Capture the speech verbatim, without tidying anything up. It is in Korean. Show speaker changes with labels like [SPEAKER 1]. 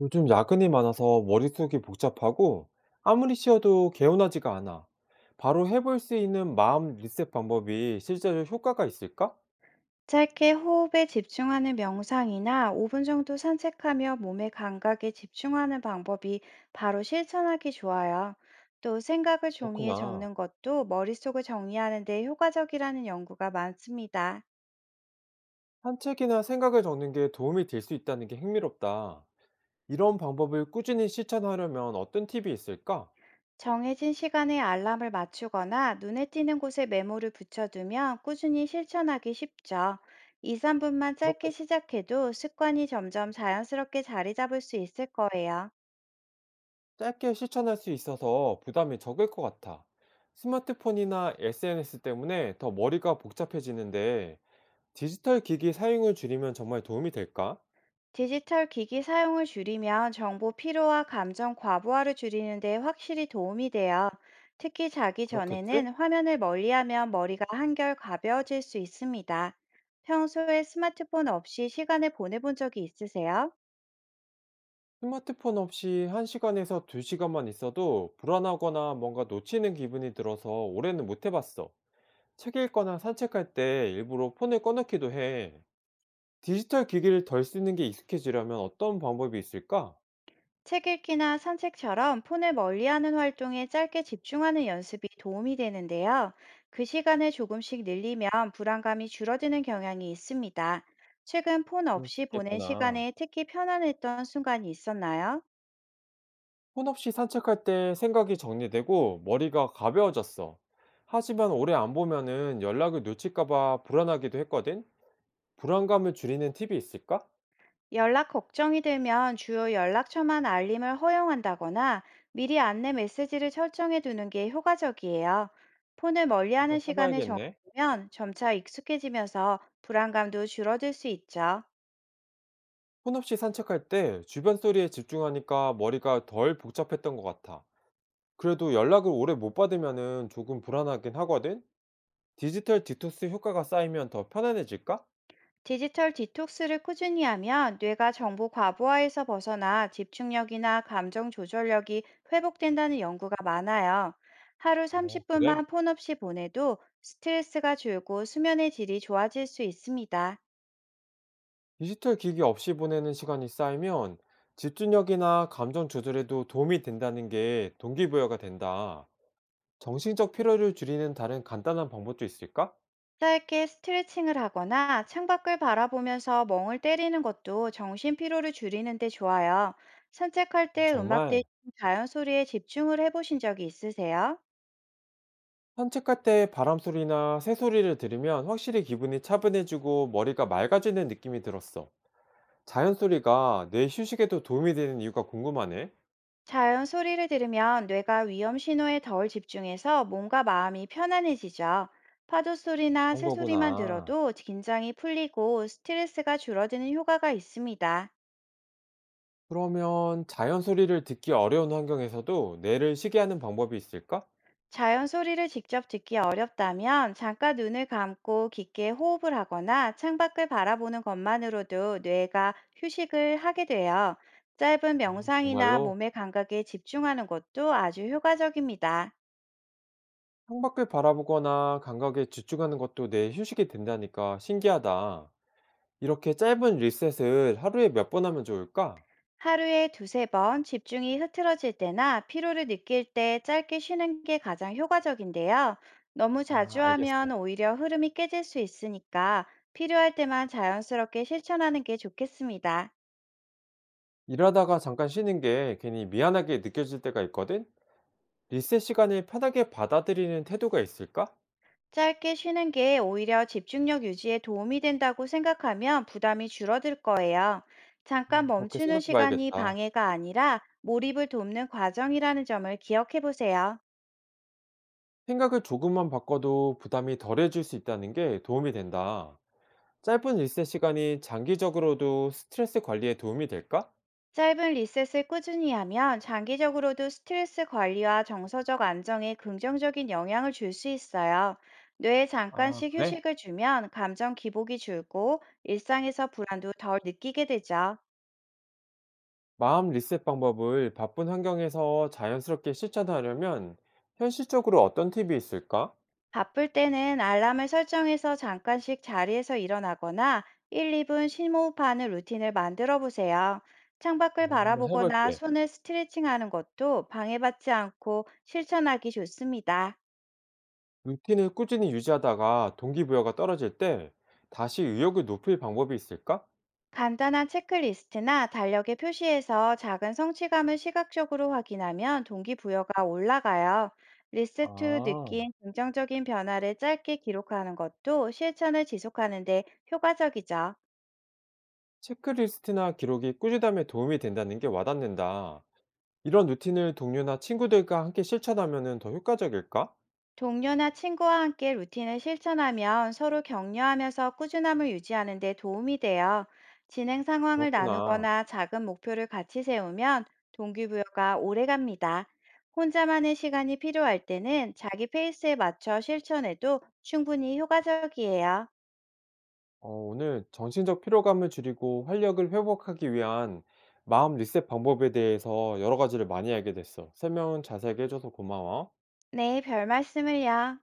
[SPEAKER 1] 요즘 야근이 많아서 머릿속이 복잡하고 아무리 쉬어도 개운하지가 않아. 바로 해볼 수 있는 마음 리셋 방법이 실제로 효과가 있을까?
[SPEAKER 2] 짧게 호흡에 집중하는 명상이나 오 분 정도 산책하며 몸의 감각에 집중하는 방법이 바로 실천하기 좋아요. 또 생각을 종이에
[SPEAKER 1] 그렇구나.
[SPEAKER 2] 적는 것도 머릿속을 정리하는 데 효과적이라는 연구가 많습니다.
[SPEAKER 1] 산책이나 생각을 적는 게 도움이 될 수 있다는 게 흥미롭다. 이런 방법을 꾸준히 실천하려면 어떤 팁이 있을까?
[SPEAKER 2] 정해진 시간에 알람을 맞추거나 눈에 띄는 곳에 메모를 붙여두면 꾸준히 실천하기 쉽죠. 이, 삼 분만
[SPEAKER 1] 그렇게
[SPEAKER 2] 짧게 시작해도 습관이 점점 자연스럽게 자리 잡을 수 있을 거예요.
[SPEAKER 1] 짧게 실천할 수 있어서 부담이 적을 것 같아. 스마트폰이나 에스엔에스 때문에 더 머리가 복잡해지는데 디지털 기기 사용을 줄이면 정말 도움이 될까?
[SPEAKER 2] 디지털 기기 사용을 줄이면 정보 피로와 감정 과부하를 줄이는 데 확실히 도움이 돼요. 특히 자기
[SPEAKER 1] 그렇겠지?
[SPEAKER 2] 전에는 화면을 멀리하면 머리가 한결 가벼워질 수 있습니다. 평소에 스마트폰 없이 시간을 보내본 적이 있으세요?
[SPEAKER 1] 스마트폰 없이 한 시간에서 두 시간만 있어도 불안하거나 뭔가 놓치는 기분이 들어서 올해는 못 해봤어. 책 읽거나 산책할 때 일부러 폰을 꺼놓기도 해. 디지털 기기를 덜 쓰는 게 익숙해지려면 어떤 방법이 있을까?
[SPEAKER 2] 책 읽기나 산책처럼 폰을 멀리하는 활동에 짧게 집중하는 연습이 도움이 되는데요. 그 시간을 조금씩 늘리면 불안감이 줄어드는 경향이 있습니다. 최근 폰
[SPEAKER 1] 그럴
[SPEAKER 2] 없이
[SPEAKER 1] 수
[SPEAKER 2] 보낸
[SPEAKER 1] 있겠구나.
[SPEAKER 2] 시간에 특히 편안했던 순간이 있었나요?
[SPEAKER 1] 폰 없이 산책할 때 생각이 정리되고 머리가 가벼워졌어. 하지만 오래 안 보면은 연락을 놓칠까봐 불안하기도 했거든? 불안감을 줄이는 팁이 있을까?
[SPEAKER 2] 연락 걱정이 들면 주요 연락처만 알림을 허용한다거나 미리 안내 메시지를 설정해 두는 게 효과적이에요. 폰을
[SPEAKER 1] 한번
[SPEAKER 2] 멀리하는 시간을
[SPEAKER 1] 해봐야겠네.
[SPEAKER 2] 정하면 점차 익숙해지면서 불안감도 줄어들 수 있죠.
[SPEAKER 1] 폰 없이 산책할 때 주변 소리에 집중하니까 머리가 덜 복잡했던 것 같아. 그래도 연락을 오래 못 받으면은 조금 불안하긴 하거든? 디지털 디톡스 효과가 쌓이면 더 편안해질까?
[SPEAKER 2] 디지털 디톡스를 꾸준히 하면 뇌가 정보 과부하에서 벗어나 집중력이나 감정 조절력이 회복된다는 연구가 많아요. 하루
[SPEAKER 1] 어,
[SPEAKER 2] 삼십 분만
[SPEAKER 1] 그래?
[SPEAKER 2] 폰 없이 보내도 스트레스가 줄고 수면의 질이 좋아질 수 있습니다.
[SPEAKER 1] 디지털 기기 없이 보내는 시간이 쌓이면 집중력이나 감정 조절에도 도움이 된다는 게 동기부여가 된다. 정신적 피로를 줄이는 다른 간단한 방법도 있을까?
[SPEAKER 2] 짧게 스트레칭을 하거나 창밖을 바라보면서 멍을 때리는 것도 정신 피로를 줄이는 데 좋아요. 산책할 때 음악 대신
[SPEAKER 1] 정말
[SPEAKER 2] 자연 소리에 집중을 해보신 적이 있으세요?
[SPEAKER 1] 산책할 때 바람 소리나 새 소리를 들으면 확실히 기분이 차분해지고 머리가 맑아지는 느낌이 들었어. 자연 소리가 뇌 휴식에도 도움이 되는 이유가 궁금하네.
[SPEAKER 2] 자연 소리를 들으면 뇌가 위험 신호에 덜 집중해서 몸과 마음이 편안해지죠. 파도 소리나
[SPEAKER 1] 그런
[SPEAKER 2] 새 소리만
[SPEAKER 1] 거구나.
[SPEAKER 2] 들어도 긴장이 풀리고 스트레스가 줄어드는 효과가 있습니다.
[SPEAKER 1] 그러면 자연 소리를 듣기 어려운 환경에서도 뇌를 쉬게 하는 방법이 있을까?
[SPEAKER 2] 자연 소리를 직접 듣기 어렵다면 잠깐 눈을 감고 깊게 호흡을 하거나 창밖을 바라보는 것만으로도 뇌가 휴식을 하게 돼요. 짧은 명상이나
[SPEAKER 1] 정말로
[SPEAKER 2] 몸의 감각에 집중하는 것도 아주 효과적입니다.
[SPEAKER 1] 창밖을 바라보거나 감각에 집중하는 것도 뇌 휴식이 된다니까 신기하다. 이렇게 짧은 리셋을 하루에 몇 번 하면 좋을까?
[SPEAKER 2] 하루에 두세 번 집중이 흐트러질 때나 피로를 느낄 때 짧게 쉬는 게 가장 효과적인데요. 너무
[SPEAKER 1] 아,
[SPEAKER 2] 자주 하면
[SPEAKER 1] 알겠어.
[SPEAKER 2] 오히려 흐름이 깨질 수 있으니까 필요할 때만 자연스럽게 실천하는 게 좋겠습니다.
[SPEAKER 1] 일하다가 잠깐 쉬는 게 괜히 미안하게 느껴질 때가 있거든? 리셋 시간을 편하게 받아들이는 태도가 있을까?
[SPEAKER 2] 짧게 쉬는 게 오히려 집중력 유지에 도움이 된다고 생각하면 부담이 줄어들 거예요.
[SPEAKER 1] 음,
[SPEAKER 2] 잠깐
[SPEAKER 1] 그렇게
[SPEAKER 2] 멈추는
[SPEAKER 1] 생각해
[SPEAKER 2] 시간이
[SPEAKER 1] 봐야겠다.
[SPEAKER 2] 방해가 아니라 몰입을 돕는 과정이라는 점을 기억해 보세요.
[SPEAKER 1] 생각을 조금만 바꿔도 부담이 덜해질 수 있다는 게 도움이 된다. 짧은 리셋 시간이 장기적으로도 스트레스 관리에 도움이 될까?
[SPEAKER 2] 짧은 리셋을 꾸준히 하면 장기적으로도 스트레스 관리와 정서적 안정에 긍정적인 영향을 줄 수 있어요. 뇌에
[SPEAKER 1] 아,
[SPEAKER 2] 잠깐씩
[SPEAKER 1] 그래?
[SPEAKER 2] 휴식을 주면 감정 기복이 줄고 일상에서 불안도 덜 느끼게 되죠.
[SPEAKER 1] 마음 리셋 방법을 바쁜 환경에서 자연스럽게 실천하려면 현실적으로 어떤 팁이 있을까?
[SPEAKER 2] 바쁠 때는 알람을 설정해서 잠깐씩 자리에서 일어나거나 일, 이 분 심호흡하는 루틴을 만들어 보세요. 창밖을
[SPEAKER 1] 어, 한번
[SPEAKER 2] 바라보거나
[SPEAKER 1] 해볼게.
[SPEAKER 2] 손을 스트레칭하는 것도 방해받지 않고 실천하기 좋습니다.
[SPEAKER 1] 루틴을 꾸준히 유지하다가 동기부여가 떨어질 때 다시 의욕을 높일 방법이 있을까?
[SPEAKER 2] 간단한 체크리스트나 달력에 표시해서 작은 성취감을 시각적으로 확인하면 동기부여가 올라가요. 리스트
[SPEAKER 1] 아,
[SPEAKER 2] 느낀 긍정적인 변화를 짧게 기록하는 것도 실천을 지속하는 데 효과적이죠.
[SPEAKER 1] 체크리스트나 기록이 꾸준함에 도움이 된다는 게 와닿는다. 이런 루틴을 동료나 친구들과 함께 실천하면 더 효과적일까?
[SPEAKER 2] 동료나 친구와 함께 루틴을 실천하면 서로 격려하면서 꾸준함을 유지하는 데 도움이 돼요. 진행 상황을
[SPEAKER 1] 그렇구나.
[SPEAKER 2] 나누거나 작은 목표를 같이 세우면 동기부여가 오래 갑니다. 혼자만의 시간이 필요할 때는 자기 페이스에 맞춰 실천해도 충분히 효과적이에요.
[SPEAKER 1] 어, 오늘 정신적 피로감을 줄이고 활력을 회복하기 위한 마음 리셋 방법에 대해서 여러 가지를 많이 알게 됐어. 설명 자세하게 해줘서 고마워.
[SPEAKER 2] 네, 별 말씀을요.